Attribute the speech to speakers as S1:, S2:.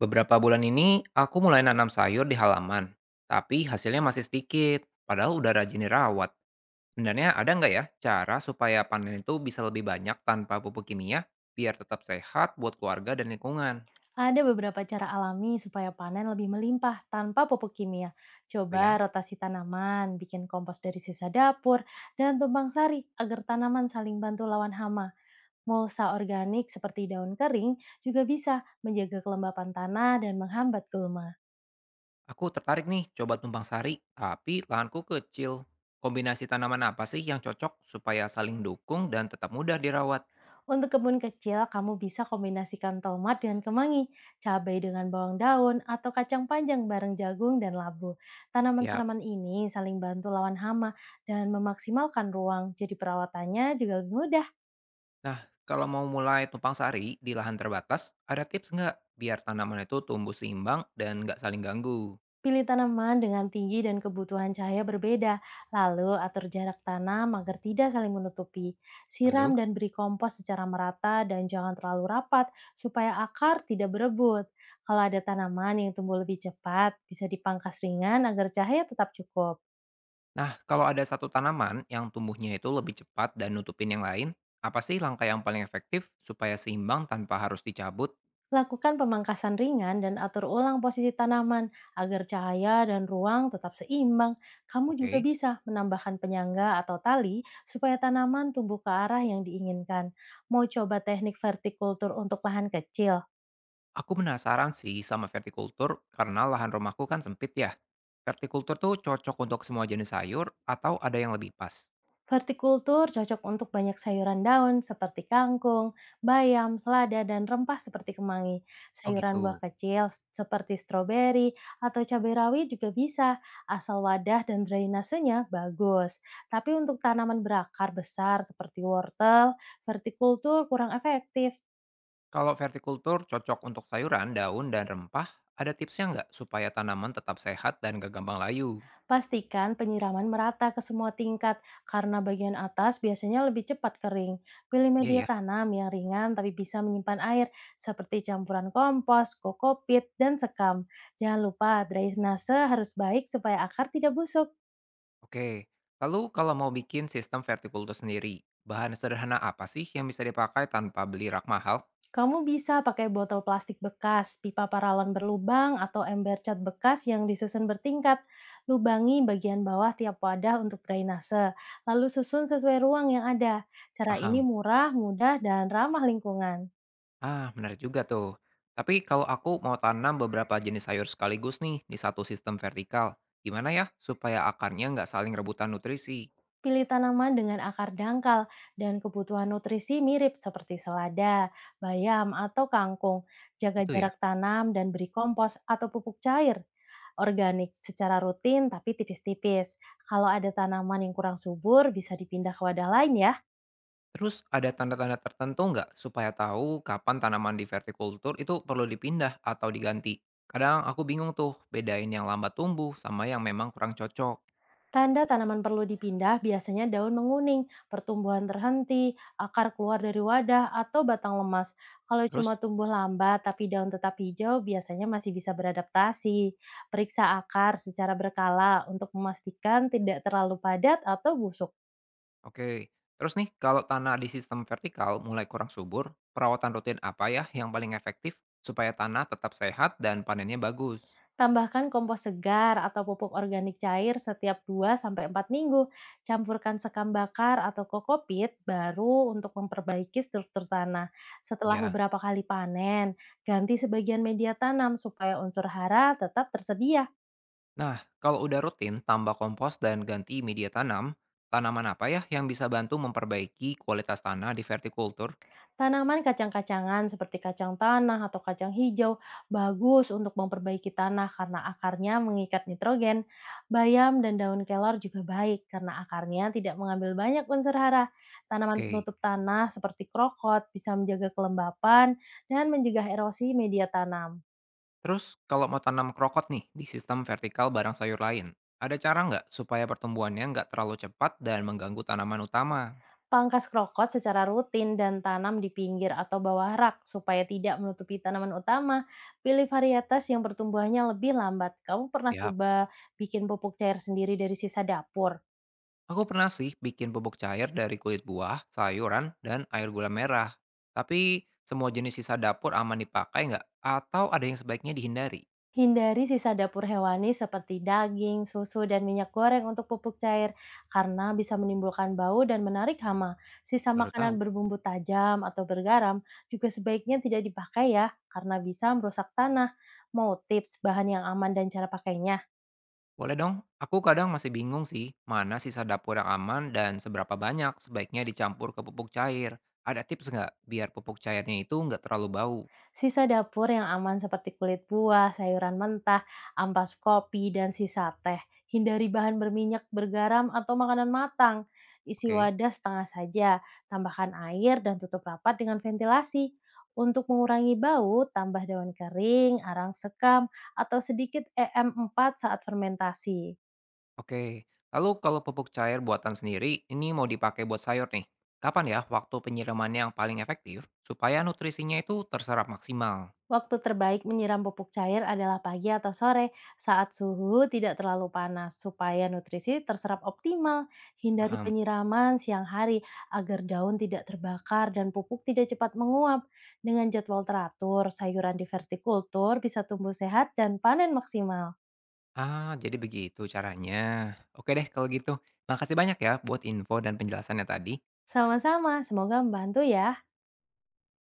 S1: Beberapa bulan ini aku mulai nanam sayur di halaman, tapi hasilnya masih sedikit, padahal udah rajin dirawat. Sebenarnya ada nggak ya cara supaya panen itu bisa lebih banyak tanpa pupuk kimia, biar tetap sehat buat keluarga dan lingkungan?
S2: Ada beberapa cara alami supaya panen lebih melimpah tanpa pupuk kimia.
S1: Oh ya,
S2: Coba rotasi tanaman, bikin kompos dari sisa dapur, dan tumpang sari agar tanaman saling bantu lawan hama. Mulsa organik seperti daun kering juga bisa menjaga kelembapan tanah dan menghambat gulma.
S1: aku tertarik nih coba tumpang sari, tapi lahanku kecil. Kombinasi tanaman apa sih yang cocok supaya saling dukung dan tetap mudah dirawat?
S2: Untuk kebun kecil, kamu bisa kombinasikan tomat dengan kemangi, cabai dengan bawang daun, atau kacang panjang bareng jagung dan labu.
S1: Siap.
S2: Tanaman-tanaman ini saling bantu lawan hama dan memaksimalkan ruang, jadi perawatannya juga lebih mudah.
S1: Nah, kalau mau mulai tumpang sari di lahan terbatas, ada tips nggak biar tanaman itu tumbuh seimbang dan nggak saling ganggu?
S2: Pilih tanaman dengan tinggi dan kebutuhan cahaya berbeda, lalu atur jarak tanam agar tidak saling menutupi. Siram
S1: Lalu,
S2: dan beri kompos secara merata dan jangan terlalu rapat supaya akar tidak berebut. Kalau ada tanaman yang tumbuh lebih cepat, bisa dipangkas ringan agar cahaya tetap cukup.
S1: nah, kalau ada satu tanaman yang tumbuhnya itu lebih cepat dan nutupin yang lain, apa sih langkah yang paling efektif supaya seimbang tanpa harus dicabut?
S2: Lakukan pemangkasan ringan dan atur ulang posisi tanaman agar cahaya dan ruang tetap seimbang. Kamu juga
S1: Oke.
S2: bisa menambahkan penyangga atau tali supaya tanaman tumbuh ke arah yang diinginkan. Mau coba teknik vertikultur untuk lahan kecil?
S1: Aku penasaran sih sama vertikultur karena lahan rumahku kan sempit ya. Vertikultur tuh cocok untuk semua jenis sayur atau ada yang lebih pas?
S2: Vertikultur cocok untuk banyak sayuran daun seperti kangkung, bayam, selada, dan rempah seperti kemangi.
S1: Oh
S2: Sayuran buah
S1: gitu.
S2: kecil seperti stroberi atau cabai rawit juga bisa, asal wadah dan drainasenya bagus. Tapi untuk tanaman berakar besar seperti wortel, vertikultur kurang efektif.
S1: Kalau vertikultur cocok untuk sayuran, daun, dan rempah, ada tipsnya nggak supaya tanaman tetap sehat dan gak gampang layu?
S2: Pastikan penyiraman merata ke semua tingkat karena bagian atas biasanya lebih cepat kering. Pilih
S1: Iya
S2: media
S1: ya,
S2: tanam yang ringan tapi bisa menyimpan air seperti campuran kompos, kokopit, dan sekam. Jangan lupa drainase harus baik supaya akar tidak busuk.
S1: oke. Lalu kalau mau bikin sistem vertikultur sendiri, bahan sederhana apa sih yang bisa dipakai tanpa beli rak mahal?
S2: Kamu bisa pakai botol plastik bekas, pipa paralon berlubang, atau ember cat bekas yang disusun bertingkat. Lubangi bagian bawah tiap wadah untuk drainase, lalu susun sesuai ruang yang ada. Cara ini
S1: Paham.
S2: murah, mudah, dan ramah lingkungan.
S1: Ah, menarik juga tuh. Tapi kalau aku mau tanam beberapa jenis sayur sekaligus nih di satu sistem vertikal, gimana ya supaya akarnya nggak saling rebutan nutrisi?
S2: Pilih tanaman dengan akar dangkal dan kebutuhan nutrisi mirip seperti selada, bayam, atau kangkung. Jaga
S1: Itu ya.
S2: jarak tanam dan beri kompos atau pupuk cair organik secara rutin tapi tipis-tipis. Kalau ada tanaman yang kurang subur, bisa dipindah ke wadah lain ya.
S1: Terus ada tanda-tanda tertentu nggak supaya tahu kapan tanaman di vertikultur itu perlu dipindah atau diganti? Kadang aku bingung tuh bedain yang lambat tumbuh sama yang memang kurang cocok.
S2: Tanda tanaman perlu dipindah biasanya daun menguning, pertumbuhan terhenti, akar keluar dari wadah, atau batang lemas. Kalau
S1: Terus,
S2: cuma tumbuh lambat tapi daun tetap hijau, biasanya masih bisa beradaptasi. Periksa akar secara berkala untuk memastikan tidak terlalu padat atau busuk.
S1: oke. Terus nih, kalau tanah di sistem vertikal mulai kurang subur, perawatan rutin apa ya yang paling efektif supaya tanah tetap sehat dan panennya bagus?
S2: Tambahkan kompos segar atau pupuk organik cair setiap 2 sampai 4 minggu. Campurkan sekam bakar atau kokopit baru untuk memperbaiki struktur tanah. Setelah
S1: Ya.
S2: beberapa kali panen, ganti sebagian media tanam supaya unsur hara tetap tersedia.
S1: Nah, kalau udah rutin tambah kompos dan ganti media tanam, tanaman apa ya yang bisa bantu memperbaiki kualitas tanah di vertikultur?
S2: Tanaman kacang-kacangan seperti kacang tanah atau kacang hijau bagus untuk memperbaiki tanah karena akarnya mengikat nitrogen. Bayam dan daun kelor juga baik karena akarnya tidak mengambil banyak unsur hara. Tanaman
S1: Oke.
S2: penutup tanah seperti krokot bisa menjaga kelembapan dan mencegah erosi media tanam.
S1: Terus kalau mau tanam krokot nih di sistem vertikal barang sayur lain, ada cara nggak supaya pertumbuhannya nggak terlalu cepat dan mengganggu tanaman utama?
S2: Pangkas krokot secara rutin dan tanam di pinggir atau bawah rak supaya tidak menutupi tanaman utama. Pilih varietas yang pertumbuhannya lebih lambat. Kamu pernah
S1: Siap.
S2: coba bikin pupuk cair sendiri dari sisa dapur?
S1: Aku pernah sih bikin pupuk cair dari kulit buah, sayuran, dan air gula merah. Tapi semua jenis sisa dapur aman dipakai nggak? Atau ada yang sebaiknya dihindari?
S2: Hindari sisa dapur hewani seperti daging, susu, dan minyak goreng untuk pupuk cair karena bisa menimbulkan bau dan menarik hama. Sisa
S1: Baru tahu.
S2: makanan berbumbu tajam atau bergaram juga sebaiknya tidak dipakai ya karena bisa merusak tanah. Mau tips bahan yang aman dan cara pakainya?
S1: Boleh dong, aku kadang masih bingung sih mana sisa dapur yang aman dan seberapa banyak sebaiknya dicampur ke pupuk cair. Ada tips nggak biar pupuk cairnya itu nggak terlalu bau?
S2: Sisa dapur yang aman seperti kulit buah, sayuran mentah, ampas kopi, dan sisa teh. Hindari bahan berminyak, bergaram, atau makanan matang. Isi
S1: Oke.
S2: wadah setengah saja, tambahkan air, dan tutup rapat dengan ventilasi. Untuk mengurangi bau, tambah daun kering, arang sekam, atau sedikit EM4 saat fermentasi.
S1: Oke, lalu kalau pupuk cair buatan sendiri ini mau dipakai buat sayur nih, kapan ya waktu penyiramannya yang paling efektif supaya nutrisinya itu terserap maksimal?
S2: Waktu terbaik menyiram pupuk cair adalah pagi atau sore saat suhu tidak terlalu panas supaya nutrisi terserap optimal. Hindari
S1: Paham?
S2: penyiraman siang hari agar daun tidak terbakar dan pupuk tidak cepat menguap. Dengan jadwal teratur, sayuran di vertikultur bisa tumbuh sehat dan panen maksimal.
S1: Ah, jadi begitu caranya. Oke deh kalau gitu. Makasih banyak ya buat info dan penjelasannya tadi.
S2: Sama-sama, semoga membantu ya.